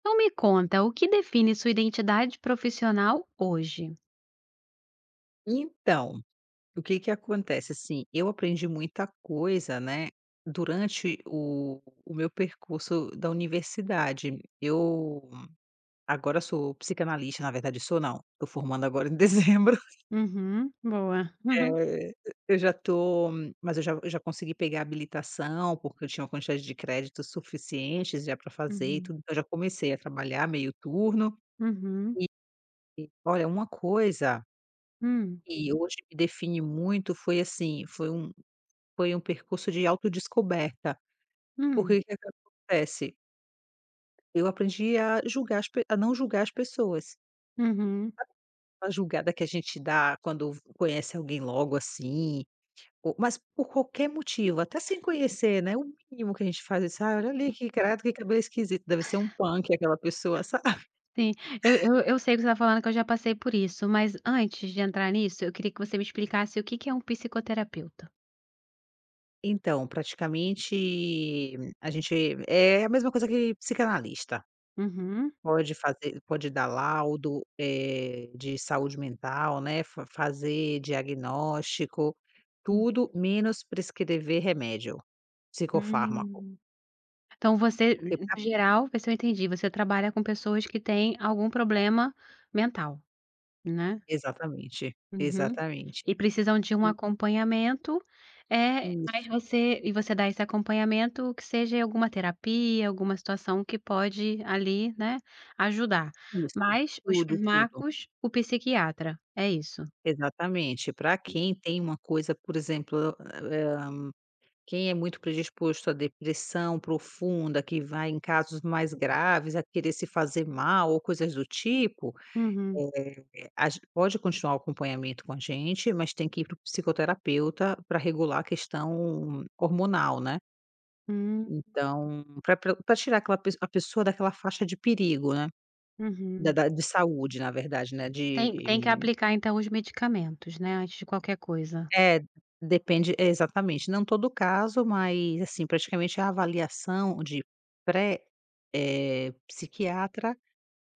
Então me conta, o que define sua identidade profissional hoje? Então, o que que acontece, assim, eu aprendi muita coisa, né, durante o meu percurso da universidade. Eu agora sou psicanalista, na verdade sou não, estou formando agora em dezembro. Uhum, boa. Uhum. Eh, eu já tô mas eu já consegui pegar a habilitação, porque eu tinha uma quantidade de créditos suficientes já para fazer e Uhum, tudo, então eu já comecei a trabalhar meio turno. uhum, E olha, uma coisa hum, que hoje me define muito foi assim, Foi um percurso de autodescoberta, hum, porque o que é que acontece? Eu aprendi a julgar as pe a não julgar as pessoas. uhum, A julgada que a gente dá quando conhece alguém logo assim, ou mas por qualquer motivo, até sem conhecer, né, o mínimo que a gente faz, é: "Ai, olha ali que credo, que cabelo esquisito, deve ser um punk aquela pessoa", sabe. sim. Eu sei que você está falando, que eu já passei por isso, mas antes de entrar nisso, eu queria que você me explicasse o que que é um psicoterapeuta. Então, praticamente, a gente é a mesma coisa que psicanalista. Uhum. Pode dar laudo, de saúde mental, né, fa fazer diagnóstico, tudo menos prescrever remédio, psicofármaco. Hum. Então você, Porque pra no geral, ver se eu entendi, você trabalha com pessoas que têm algum problema mental, né? Exatamente, Uhum. exatamente. E precisam de um I acompanhamento, é. Mas isso, você e você dá esse acompanhamento que seja alguma terapia, alguma situação que pode ali, né, ajudar. isso. Mas os Tudo, tudo. fármacos, o psiquiatra, é isso? Exatamente. Para quem tem uma coisa, por exemplo, quem é muito predisposto à depressão profunda, que vai em casos mais graves a querer se fazer mal ou coisas do tipo. Uhum. Eh, a gen pode continuar o acompanhamento com a gente, mas tem que ir para o psicoterapeuta para regular a questão hormonal, né. Hum, Então, para pra tirar aquela pesso a pessoa daquela faixa de perigo, né, da uhum. da de saúde, na verdade, né. Tem de tem que aplicar então os medicamentos, né, antes de qualquer coisa. é, depende é, Exatamente, não todo caso, mas, assim, praticamente a avaliação de pré, psiquiatra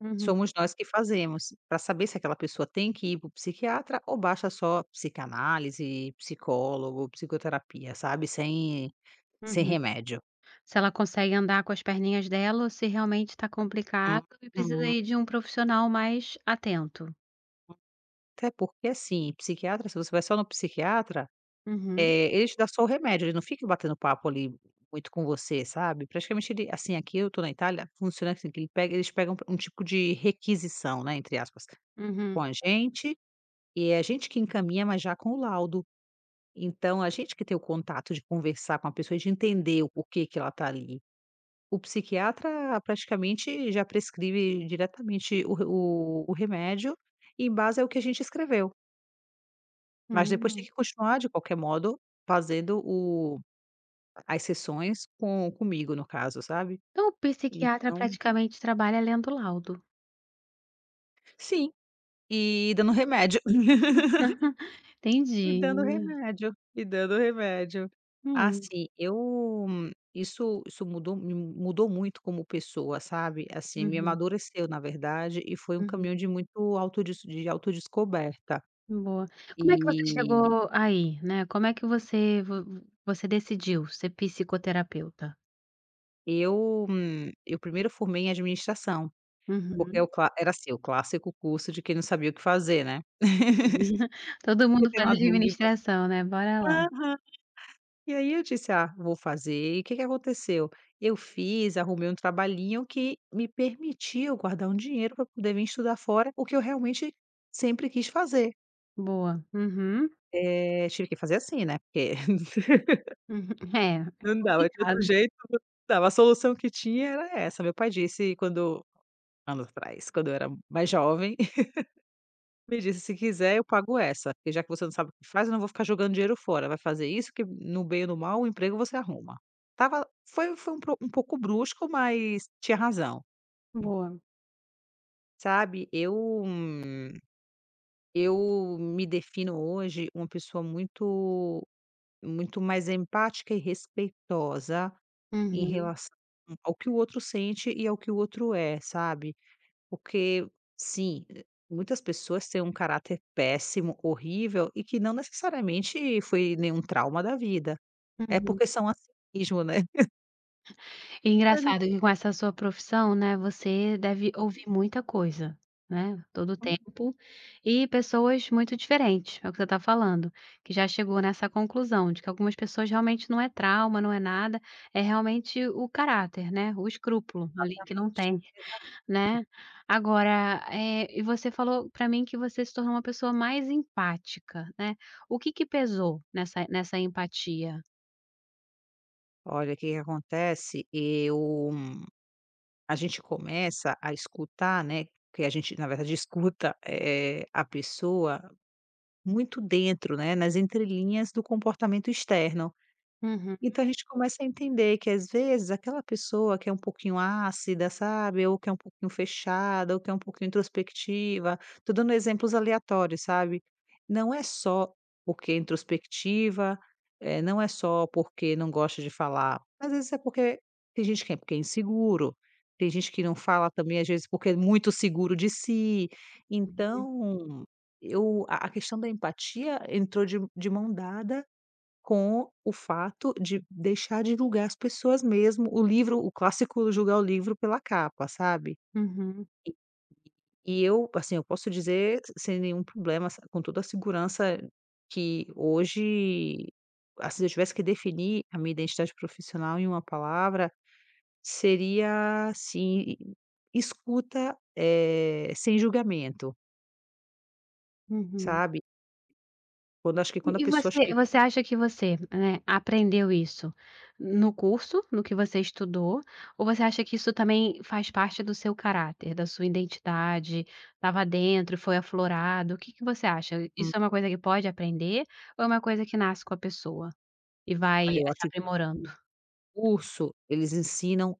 Uhum, somos nós que fazemos, para saber se aquela pessoa tem que ir para o psiquiatra ou basta só psicanálise, psicólogo, psicoterapia, sabe, sem uhum. remédio. Se ela consegue andar com as perninhas dela ou se realmente está complicado e precisa Uhum. aí de um profissional mais atento. Até porque, assim, psiquiatra, se você vai só no psiquiatra, Uhum. Ele te dá só o remédio, ele não fica batendo papo ali muito com você, sabe. Praticamente ele assim, aqui eu tô na Itália, funciona assim, que eles pegam um tipo de requisição, né, entre aspas, Uhum, com a gente, e é a gente que encaminha, mas já com o laudo. Então, a gente que tem o contato de conversar com a pessoa, de entender o porquê que ela está ali. O psiquiatra praticamente já prescreve diretamente o re o remédio em base ao que a gente escreveu, mas depois tem hum. que continuar, de qualquer modo, fazendo o as sessões comigo, no caso, sabe. Então o psiquiatra Então praticamente trabalha lendo laudo. sim, e dando remédio. E dando Entendi. remédio, e dando remédio. Hum, Assim, eu isso isso mudou me mudou muito como pessoa, sabe. Assim, me uhum, amadureceu, na verdade, e foi um uhum. caminho de muito autodescoberta. Boa. Como é que você E chegou aí, né, como é que você decidiu ser psicoterapeuta? Eu primeiro formei em administração, porque é o Uhum. cla era assim, o clássico curso de quem não sabia o que fazer, né. Todo Você mundo tem faz uma dúvida. administração, né, bora lá. Aham. E aí eu disse: "Ah, vou fazer". E o que que aconteceu? Eu fiz, arrumei um trabalhinho que me permitiu guardar um dinheiro para poder vim estudar fora, o que eu realmente sempre quis fazer. Boa. Uhum, uhum. Tive que fazer assim, né, porque É, é não dava de complicado. outro jeito, não dava. A solução que tinha era essa. Meu pai disse quando anos atrás, quando eu era mais jovem, me disse: "Se quiser, eu pago essa, porque já que você não sabe o que faz, eu não vou ficar jogando dinheiro fora. Vai fazer isso que no bem ou no mal o emprego você arruma". Tava foi foi um pro um pouco brusco, mas tinha razão, Boa. sabe. Eu me defino hoje uma pessoa muito mais empática e respeitosa em Uhum, relação ao que o outro sente e ao que o outro é, sabe. Porque, sim, muitas pessoas têm um caráter péssimo, horrível e que não necessariamente foi nenhum trauma da vida. É uhum. porque são assim mesmo, né. E engraçado que com essa sua profissão, né, você deve ouvir muita coisa, né, todo o Infelizmente. tempo, e pessoas muito diferentes, é o que você está falando, que já chegou nessa conclusão de que algumas pessoas realmente não é trauma, não é nada, é realmente o caráter, né, o escrúpulo ali que não tem, né. Agora, e você falou para mim que você se tornou uma pessoa mais empática, né. O que que pesou nessa empatia? Olha, o que que acontece, eu a gente começa a escutar, né, porque a gente na verdade escuta, a pessoa muito dentro, né, nas entrelinhas do comportamento externo. Uhum, Então a gente começa a entender que às vezes aquela pessoa que é um pouquinho ácida, sabe, ou que é um pouquinho fechada, ou que é um pouquinho introspectiva, tô dando exemplos aleatórios, sabe. Não é só porque é introspectiva, não é só porque não gosta de falar, às vezes é porque tem gente que é porque é inseguro, tem gente que não fala também às vezes porque é muito seguro de si. uhum, Então, eu a questão da empatia entrou de mão dada com o fato de deixar de julgar as pessoas mesmo, o clássico julgar o livro pela capa, sabe. uhum, E eu, assim, eu posso dizer sem nenhum problema, sa com toda a segurança que hoje, assim, se eu tivesse que definir a minha identidade profissional em uma palavra, seria assim, escuta, sem julgamento, uhum. sabe. Quando acho que quando a E pessoa você chega você acha que você, né, aprendeu isso no curso, no que você estudou, ou você acha que isso também faz parte do seu caráter, da sua identidade, estava dentro, foi aflorado? O que que você acha? Isso com é uma coisa que pode aprender ou é uma coisa que nasce com a pessoa e vai olha, eu se acho que aprimorando? o curso, eles ensinam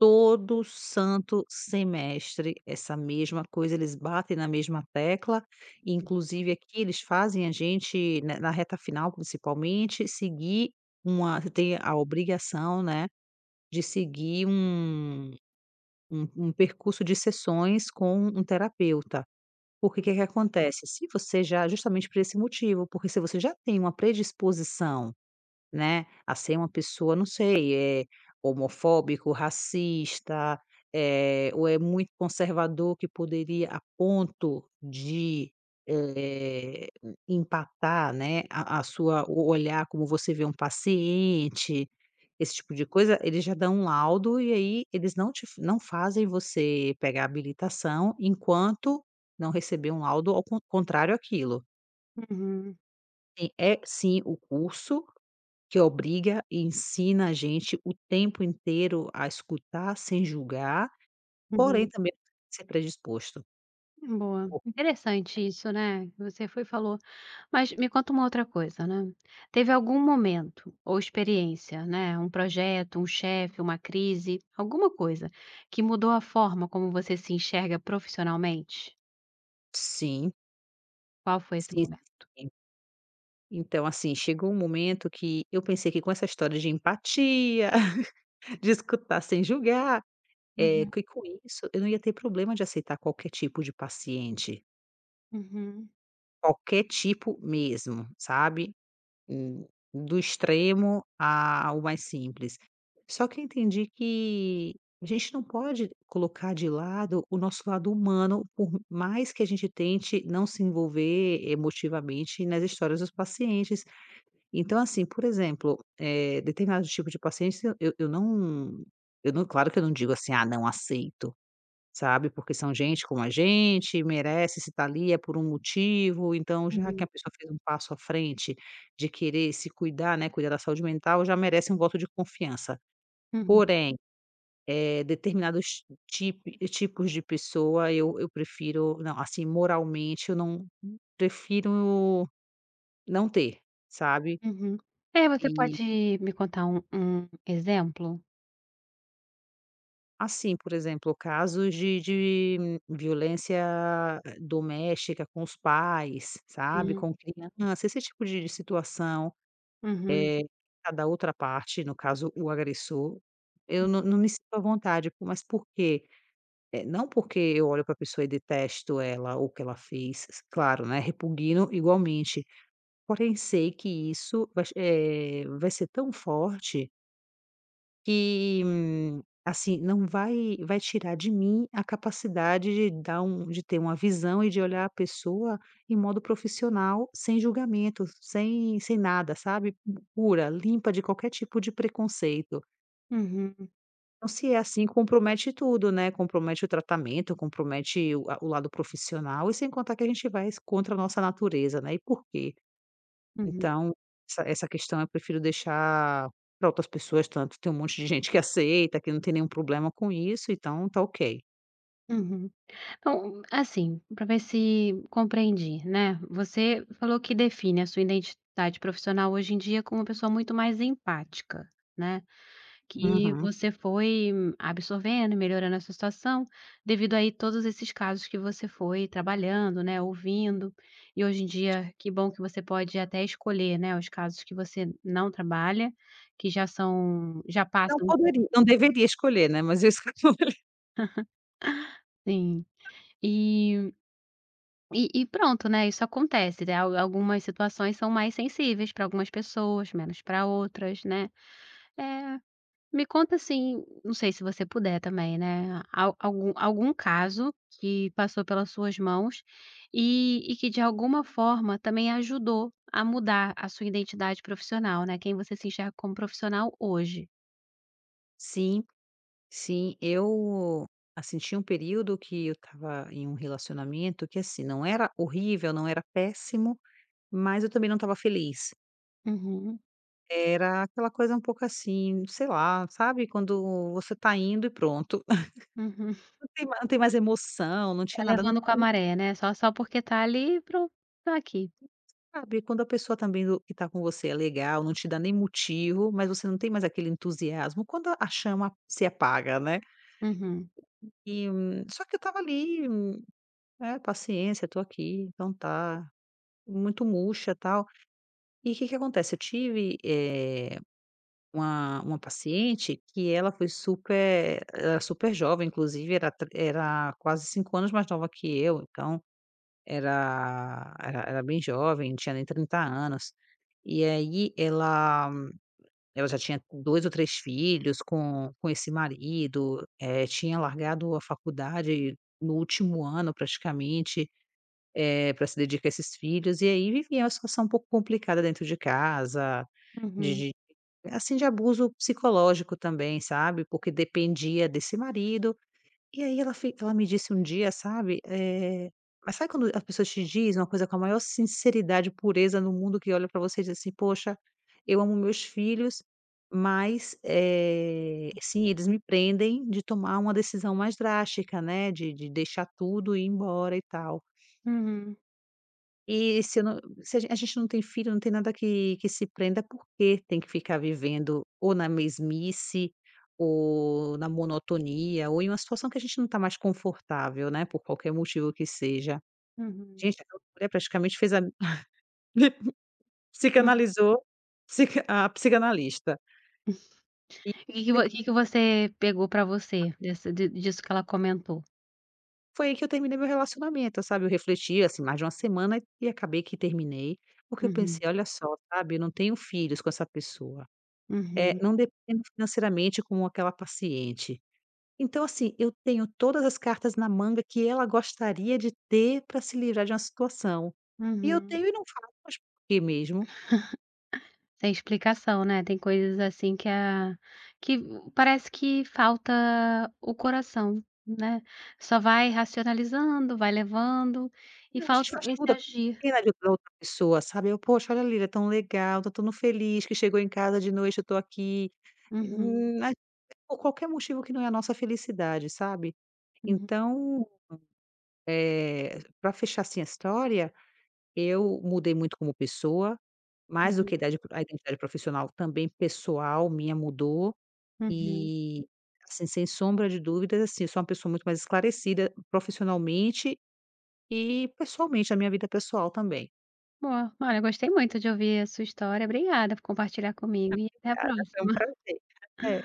todo santo semestre, essa mesma coisa, eles batem na mesma tecla, e inclusive aqui eles fazem a gente, né, na reta final principalmente, seguir uma tem a obrigação, né, de seguir um percurso de sessões com um terapeuta. Porque o que que acontece? Se você já justamente por esse motivo, porque se você já tem uma predisposição, né, a ser uma pessoa, não sei, eh, homofóbico, racista, ou é muito conservador que poderia a ponto de, eh, empatar, né, a sua o olhar como você vê um paciente, esse tipo de coisa, eles já dão um laudo e aí eles não não fazem você pegar a habilitação enquanto não receber um laudo ao contrário àquilo. Uhum, Tem sim o curso que obriga e ensina a gente o tempo inteiro a escutar sem julgar, porém uhum. também ser predisposto. Boa. Por Interessante isso, né, você foi e falou. Mas me conta uma outra coisa, né, teve algum momento ou experiência, né, um projeto, um chefe, uma crise, alguma coisa, que mudou a forma como você se enxerga profissionalmente? Sim, Qual foi esse sim, momento? sim. Então, assim, chegou um momento que eu pensei que com essa história de empatia, de escutar sem julgar, Uhum, que com isso eu não ia ter problema de aceitar qualquer tipo de paciente, uhum, qualquer tipo mesmo, sabe. O Do extremo a ao mais simples. Só que eu entendi que a gente não pode colocar de lado o nosso lado humano, por mais que a gente tente não se envolver emotivamente nas histórias dos pacientes. Então, assim, por exemplo, determinado tipo de pacientes eu não claro que eu não digo assim: "Ah, não aceito". Sabe, porque são gente como a gente, merece, se está ali é por um motivo, então já que uhum, a pessoa fez um passo à frente de querer se cuidar, né, cuidar da saúde mental, já merece um voto de confiança. uhum, Porém, determinados tip tipos de pessoa eu prefiro não, assim, moralmente eu não prefiro não ter, sabe. uhum. É, você pode me contar um exemplo? Assim, por exemplo, casos de violência ah, doméstica com os pais, sabe, Hum, com criança, esse tipo de situação, uhum, a da outra parte, no caso o agressor, eu não me sinto à vontade. Pô, mas por quê? Não porque eu olho para a pessoa e detesto ela ou o que ela fez, claro, né, repugno igualmente, porém sei que isso vai ser tão forte que, assim, não vai vai tirar de mim a capacidade de dar um de ter uma visão e de olhar a pessoa em modo profissional, sem julgamento, sem nada, sabe, pura, limpa de qualquer tipo de preconceito. uhum, Então se é assim, compromete tudo, né, compromete o tratamento, compromete o lado profissional e sem contar que a gente vai contra a nossa natureza, né, e por quê? uhum, Então, essa questão eu prefiro deixar para outras pessoas, tanto tem um monte de gente que aceita, que não tem nenhum problema com isso, então tá ok. uhum. Então, assim, para ver se compreendi, né? Você falou que define a sua identidade profissional hoje em dia como uma pessoa muito mais empática, né? Que Uhum. você foi absorvendo e melhorando a sua situação devido aí todos esses casos que você foi trabalhando, né? Ouvindo. E hoje em dia, que bom que você pode até escolher, né? Os casos que você não trabalha, que já são, já Não passam um pouco. poderia não deveria escolher, né, mas eu escolho. Sim. E e pronto, né, isso acontece, né, al algumas situações são mais sensíveis para algumas pessoas, menos para outras, né. Eh, me conta assim, não sei se você puder também, né, al algum algum caso que passou pelas suas mãos e que de alguma forma também ajudou a mudar a sua identidade profissional, né, quem você se enxerga como profissional hoje. Sim, sim, eu, assim, tinha um período que eu estava em um relacionamento que, assim, não era horrível, não era péssimo, mas eu também não estava feliz. Uhum, Era aquela coisa um pouco assim, sei lá, sabe, quando você tá indo e pronto. uhum. Não tem mais emoção, não Tá tinha nada, levando com a não. maré, né, só porque tá ali, pro "Tô aqui". Sabe, quando a pessoa também do que está com você é legal, não te dá nem motivo, mas você não tem mais aquele entusiasmo, quando a chama se apaga, né. Uhum, E, só que eu estava ali, né, paciência, estou aqui, então tá, muito murcha, tal. E o que que acontece, eu tive, uma paciente que ela foi super era super jovem, inclusive era quase 5 anos mais nova que eu, então era era bem jovem, não tinha nem 30 anos. E aí ela ela já tinha 2 ou 3 filhos com esse marido, tinha largado a faculdade no último ano praticamente, para se dedicar a esses filhos, e aí vivia uma situação um pouco complicada dentro de casa, de uhum, de assim, de abuso psicológico também, sabe, porque dependia desse marido e aí ela me disse um dia, sabe, mas sabe quando as pessoas te dizem uma coisa com a maior sinceridade e pureza no mundo, que olha pra você e diz assim: "Poxa, eu amo meus filhos, mas, sim, eles me prendem de tomar uma decisão mais drástica, né, de deixar tudo e ir embora e tal". uhum, E se eu não se a gente não tem filho, não tem nada que se prenda, porque tem que ficar vivendo ou na mesmice, ou na monotonia, ou em uma situação que a gente não está mais confortável, né, por qualquer motivo que seja. uhum. Gente, aquela mulher praticamente fez a Hum. psicanalizou psicanalista. E E que que vo depois que que você pegou pra você dessa de disso que ela comentou? foi aí que eu terminei meu relacionamento, sabe, eu refleti, assim, mais de uma semana e acabei que terminei, porque eu Uhum, pensei: "Olha só, sabe, eu não tenho filhos com essa pessoa". É uhum, não dependo financeiramente como aquela paciente. Então, assim, eu tenho todas as cartas na manga que ela gostaria de ter para se livrar de uma situação. E eu uhum. tenho e não falo, mas por que mesmo? Sem explicação, né, tem coisas assim que parece que falta o coração, né, só vai racionalizando, vai levando e Não, a gente falta faz esse tudo, a agir. pena de da outra pessoa, sabe. Eu: "Poxa, olha ali, é tão legal, tô tão feliz que chegou em casa de noite, eu tô aqui", Uhum, mas por qualquer motivo que não é a nossa felicidade, sabe. uhum, Então, para fechar, assim, a história eu mudei muito como pessoa, mais do uhum, que a identidade profissional, também pessoal minha mudou, uhum. e, assim, sem sombra de dúvidas, assim, eu sou uma pessoa muito mais esclarecida profissionalmente e pessoalmente, na minha vida pessoal também. Boa, olha, gostei muito de ouvir a sua história, obrigada por compartilhar comigo e até a Obrigada, foi um próxima. prazer. É.